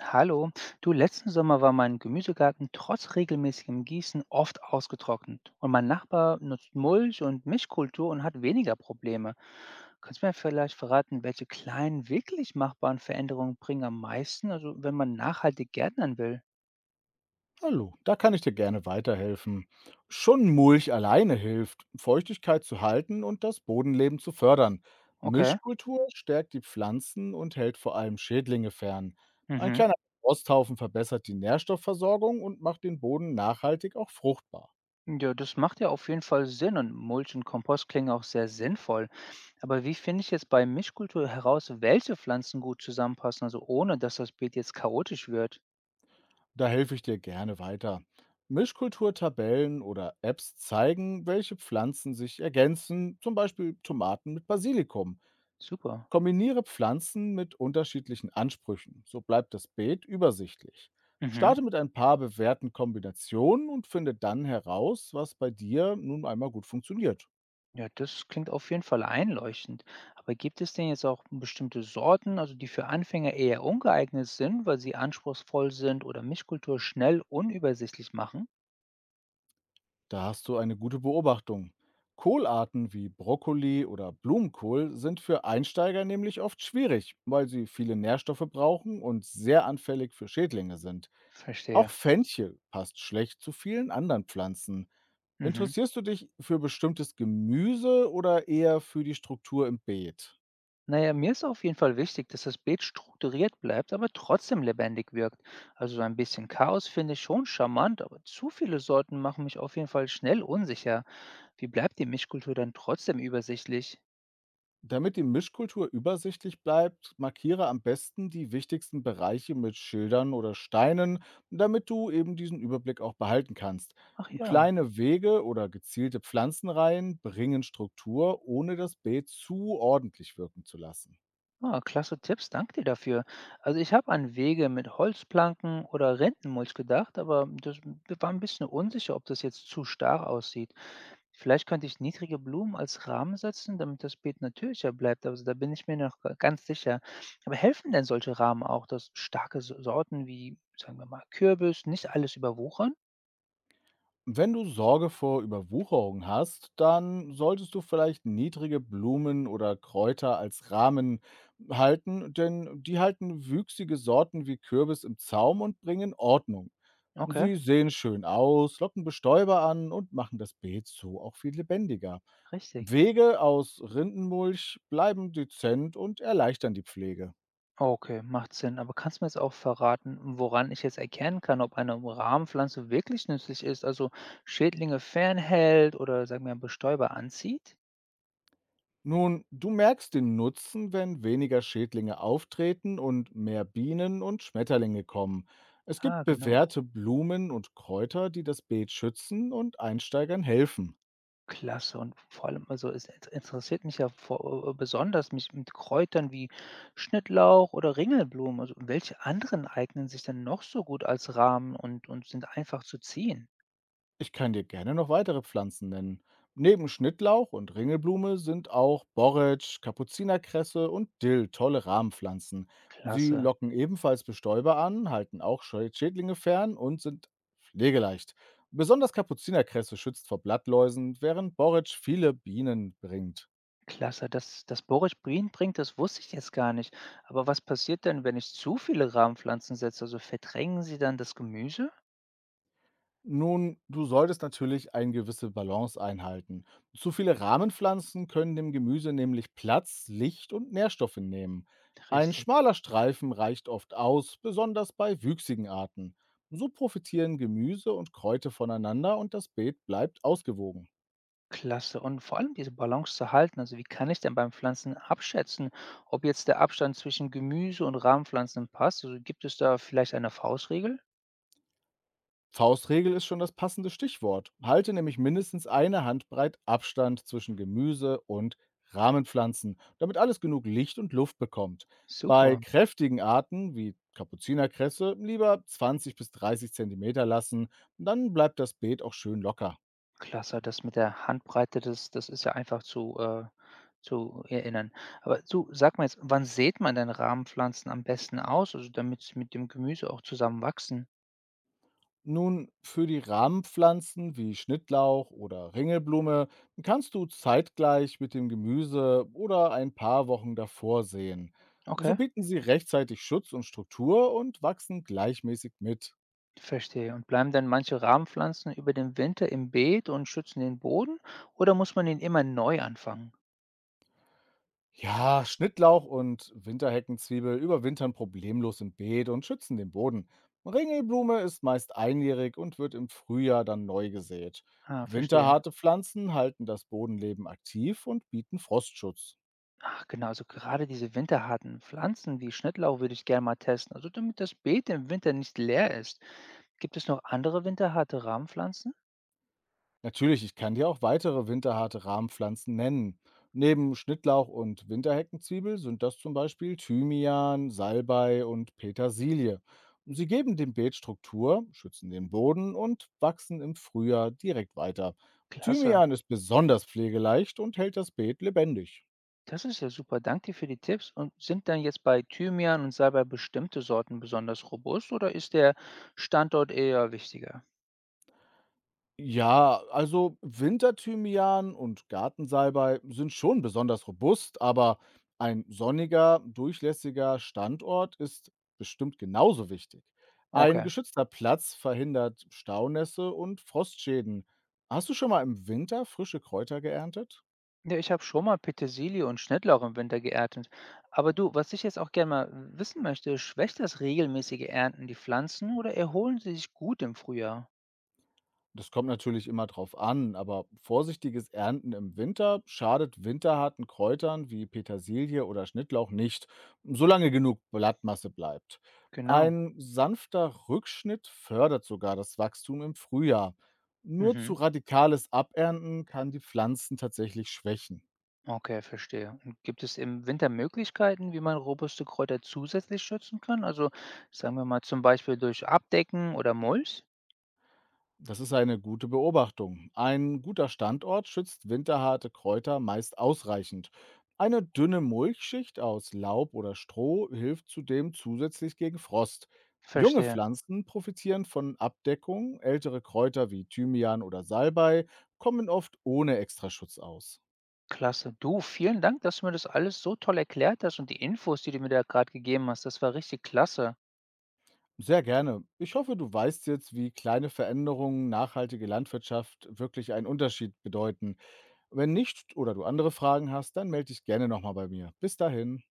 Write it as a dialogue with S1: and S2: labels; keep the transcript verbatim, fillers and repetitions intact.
S1: Hallo, du, letzten Sommer war mein Gemüsegarten trotz regelmäßigem Gießen oft ausgetrocknet. Und mein Nachbar nutzt Mulch und Mischkultur und hat weniger Probleme. Kannst du mir vielleicht verraten, welche kleinen, wirklich machbaren Veränderungen bringen am meisten, also wenn man nachhaltig gärtnern will?
S2: Hallo, da kann ich dir gerne weiterhelfen. Schon Mulch alleine hilft, Feuchtigkeit zu halten und das Bodenleben zu fördern.
S1: Okay.
S2: Mischkultur stärkt die Pflanzen und hält vor allem Schädlinge fern. Ein
S1: Mhm.
S2: kleiner Rosthaufen verbessert die Nährstoffversorgung und macht den Boden nachhaltig auch fruchtbar.
S1: Ja, das macht ja auf jeden Fall Sinn und Mulch und Kompost klingen auch sehr sinnvoll. Aber wie finde ich jetzt bei Mischkultur heraus, welche Pflanzen gut zusammenpassen, also ohne dass das Beet jetzt chaotisch wird?
S2: Da helfe ich dir gerne weiter. Mischkulturtabellen oder Apps zeigen, welche Pflanzen sich ergänzen, zum Beispiel Tomaten mit Basilikum.
S1: Super.
S2: Kombiniere Pflanzen mit unterschiedlichen Ansprüchen, so bleibt das Beet übersichtlich.
S1: Mhm.
S2: Starte mit ein paar bewährten Kombinationen und finde dann heraus, was bei dir nun einmal gut funktioniert.
S1: Ja, das klingt auf jeden Fall einleuchtend. Aber gibt es denn jetzt auch bestimmte Sorten, also die für Anfänger eher ungeeignet sind, weil sie anspruchsvoll sind oder Mischkultur schnell unübersichtlich machen?
S2: Da hast du eine gute Beobachtung. Kohlarten wie Brokkoli oder Blumenkohl sind für Einsteiger nämlich oft schwierig, weil sie viele Nährstoffe brauchen und sehr anfällig für Schädlinge sind. Auch
S1: Verstehe.
S2: Fenchel passt schlecht zu vielen anderen Pflanzen.
S1: Mhm.
S2: Interessierst du dich für bestimmtes Gemüse oder eher für die Struktur im Beet?
S1: Naja, mir ist auf jeden Fall wichtig, dass das Beet strukturiert bleibt, aber trotzdem lebendig wirkt. Also so ein bisschen Chaos finde ich schon charmant, aber zu viele Sorten machen mich auf jeden Fall schnell unsicher. Wie bleibt die Mischkultur dann trotzdem übersichtlich?
S2: Damit die Mischkultur übersichtlich bleibt, markiere am besten die wichtigsten Bereiche mit Schildern oder Steinen, damit du eben diesen Überblick auch behalten kannst.
S1: Ach ja.
S2: Kleine Wege oder gezielte Pflanzenreihen bringen Struktur, ohne das Beet zu ordentlich wirken zu lassen.
S1: Ah, klasse Tipps, danke dir dafür. Also ich habe an Wege mit Holzplanken oder Rentenmulch gedacht, aber das wir waren ein bisschen unsicher, ob das jetzt zu starr aussieht. Vielleicht könnte ich niedrige Blumen als Rahmen setzen, damit das Beet natürlicher bleibt. Also da bin ich mir noch ga- ganz sicher. Aber helfen denn solche Rahmen auch, dass starke So- Sorten wie, sagen wir mal, Kürbis nicht alles überwuchern?
S2: Wenn du Sorge vor Überwucherung hast, dann solltest du vielleicht niedrige Blumen oder Kräuter als Rahmen halten, denn die halten wüchsige Sorten wie Kürbis im Zaum und bringen Ordnung.
S1: Okay,
S2: Sie sehen schön aus, locken Bestäuber an und machen das Beet so auch viel lebendiger.
S1: richtig.
S2: Wege aus Rindenmulch bleiben dezent und erleichtern die Pflege.
S1: Okay, macht Sinn. Aber kannst du mir jetzt auch verraten, woran ich jetzt erkennen kann, ob eine Rahmenpflanze wirklich nützlich ist, also Schädlinge fernhält oder sagen wir mal, Bestäuber anzieht?
S2: Nun, du merkst den Nutzen, wenn weniger Schädlinge auftreten und mehr Bienen und Schmetterlinge kommen. Es gibt
S1: Ah, genau.
S2: bewährte Blumen und Kräuter, die das Beet schützen und Einsteigern helfen.
S1: Klasse. Und vor allem, also es int- interessiert mich ja vor, äh, besonders mich mit Kräutern wie Schnittlauch oder Ringelblumen. Also welche anderen eignen sich denn noch so gut als Rahmen und, und sind einfach zu ziehen?
S2: Ich kann dir gerne noch weitere Pflanzen nennen. Neben Schnittlauch und Ringelblume sind auch Borretsch, Kapuzinerkresse und Dill tolle Rahmenpflanzen. Sie
S1: Klasse.
S2: locken ebenfalls Bestäuber an, halten auch Schä- Schädlinge fern und sind pflegeleicht. Besonders Kapuzinerkresse schützt vor Blattläusen, während Borretsch viele Bienen bringt.
S1: Klasse, dass das Boris Green bringt, das wusste ich jetzt gar nicht. Aber was passiert denn, wenn ich zu viele Rahmenpflanzen setze? Also verdrängen sie dann das Gemüse?
S2: Nun, du solltest natürlich eine gewisse Balance einhalten. Zu viele Rahmenpflanzen können dem Gemüse nämlich Platz, Licht und Nährstoffe nehmen. Ein
S1: Richtig.
S2: schmaler Streifen reicht oft aus, besonders bei wüchsigen Arten. So profitieren Gemüse und Kräuter voneinander und das Beet bleibt ausgewogen.
S1: Klasse. Und vor allem diese Balance zu halten. Also wie kann ich denn beim Pflanzen abschätzen, ob jetzt der Abstand zwischen Gemüse und Rahmenpflanzen passt? Also gibt es da vielleicht eine Faustregel?
S2: Faustregel ist schon das passende Stichwort. Halte nämlich mindestens eine Handbreit Abstand zwischen Gemüse und Rahmenpflanzen, damit alles genug Licht und Luft bekommt. Bei
S1: Super.
S2: kräftigen Arten wie Kapuzinerkresse lieber zwanzig bis dreißig Zentimeter lassen, dann bleibt das Beet auch schön locker.
S1: Klasse, das mit der Handbreite, das das ist ja einfach zu, äh zu erinnern. Aber du, sag mal jetzt, wann sät man denn Rahmenpflanzen am besten aus, also damit sie mit dem Gemüse auch zusammen wachsen?
S2: Nun, für die Rahmenpflanzen wie Schnittlauch oder Ringelblume kannst du zeitgleich mit dem Gemüse oder ein paar Wochen davor säen. So
S1: Okay,
S2: bieten sie rechtzeitig Schutz und Struktur und wachsen gleichmäßig mit.
S1: verstehe. Und bleiben dann manche Rahmenpflanzen über den Winter im Beet und schützen den Boden oder muss man ihn immer neu anfangen?
S2: Ja, Schnittlauch und Winterheckenzwiebel überwintern problemlos im Beet und schützen den Boden. Ringelblume ist meist einjährig und wird im Frühjahr dann neu gesät.
S1: Ah, verstehe.
S2: Winterharte Pflanzen halten das Bodenleben aktiv und bieten Frostschutz.
S1: Ach genau, also gerade diese winterharten Pflanzen wie Schnittlauch würde ich gerne mal testen, also damit das Beet im Winter nicht leer ist. Gibt es noch andere winterharte Rahmenpflanzen?
S2: Natürlich, ich kann dir auch weitere winterharte Rahmenpflanzen nennen. Neben Schnittlauch und Winterheckenzwiebel sind das zum Beispiel Thymian, Salbei und Petersilie. Sie geben dem Beet Struktur, schützen den Boden und wachsen im Frühjahr direkt weiter.
S1: Klasse.
S2: Thymian ist besonders pflegeleicht und hält das Beet lebendig.
S1: Das ist ja super. Danke dir für die Tipps. Und sind dann jetzt bei Thymian und Salbei bestimmte Sorten besonders robust oder ist der Standort eher wichtiger?
S2: Ja, also Winterthymian und Gartensalbei sind schon besonders robust, aber ein sonniger, durchlässiger Standort ist bestimmt genauso wichtig. Ein
S1: Okay.
S2: geschützter Platz verhindert Staunässe und Frostschäden. Hast du schon mal im Winter frische Kräuter geerntet?
S1: Ja, ich habe schon mal Petersilie und Schnittlauch im Winter geerntet. Aber du, was ich jetzt auch gerne mal wissen möchte, schwächt das regelmäßige Ernten die Pflanzen oder erholen sie sich gut im Frühjahr?
S2: Das kommt natürlich immer drauf an, aber vorsichtiges Ernten im Winter schadet winterharten Kräutern wie Petersilie oder Schnittlauch nicht, solange genug Blattmasse bleibt.
S1: Genau.
S2: Ein sanfter Rückschnitt fördert sogar das Wachstum im Frühjahr. Nur zu
S1: Mhm.
S2: radikales Abernten kann die Pflanzen tatsächlich schwächen.
S1: Okay, verstehe. Und gibt es im Winter Möglichkeiten, wie man robuste Kräuter zusätzlich schützen kann? Also sagen wir mal zum Beispiel durch Abdecken oder Mulch?
S2: Das ist eine gute Beobachtung. Ein guter Standort schützt winterharte Kräuter meist ausreichend. Eine dünne Mulchschicht aus Laub oder Stroh hilft zudem zusätzlich gegen Frost. Junge
S1: Verstehe.
S2: Pflanzen profitieren von Abdeckung, ältere Kräuter wie Thymian oder Salbei kommen oft ohne Extraschutz aus.
S1: Klasse. Du, vielen Dank, dass du mir das alles so toll erklärt hast und die Infos, die du mir da gerade gegeben hast, das war richtig klasse.
S2: Sehr gerne. Ich hoffe, du weißt jetzt, wie kleine Veränderungen nachhaltige Landwirtschaft wirklich einen Unterschied bedeuten. Wenn nicht oder du andere Fragen hast, dann melde dich gerne nochmal bei mir. Bis dahin.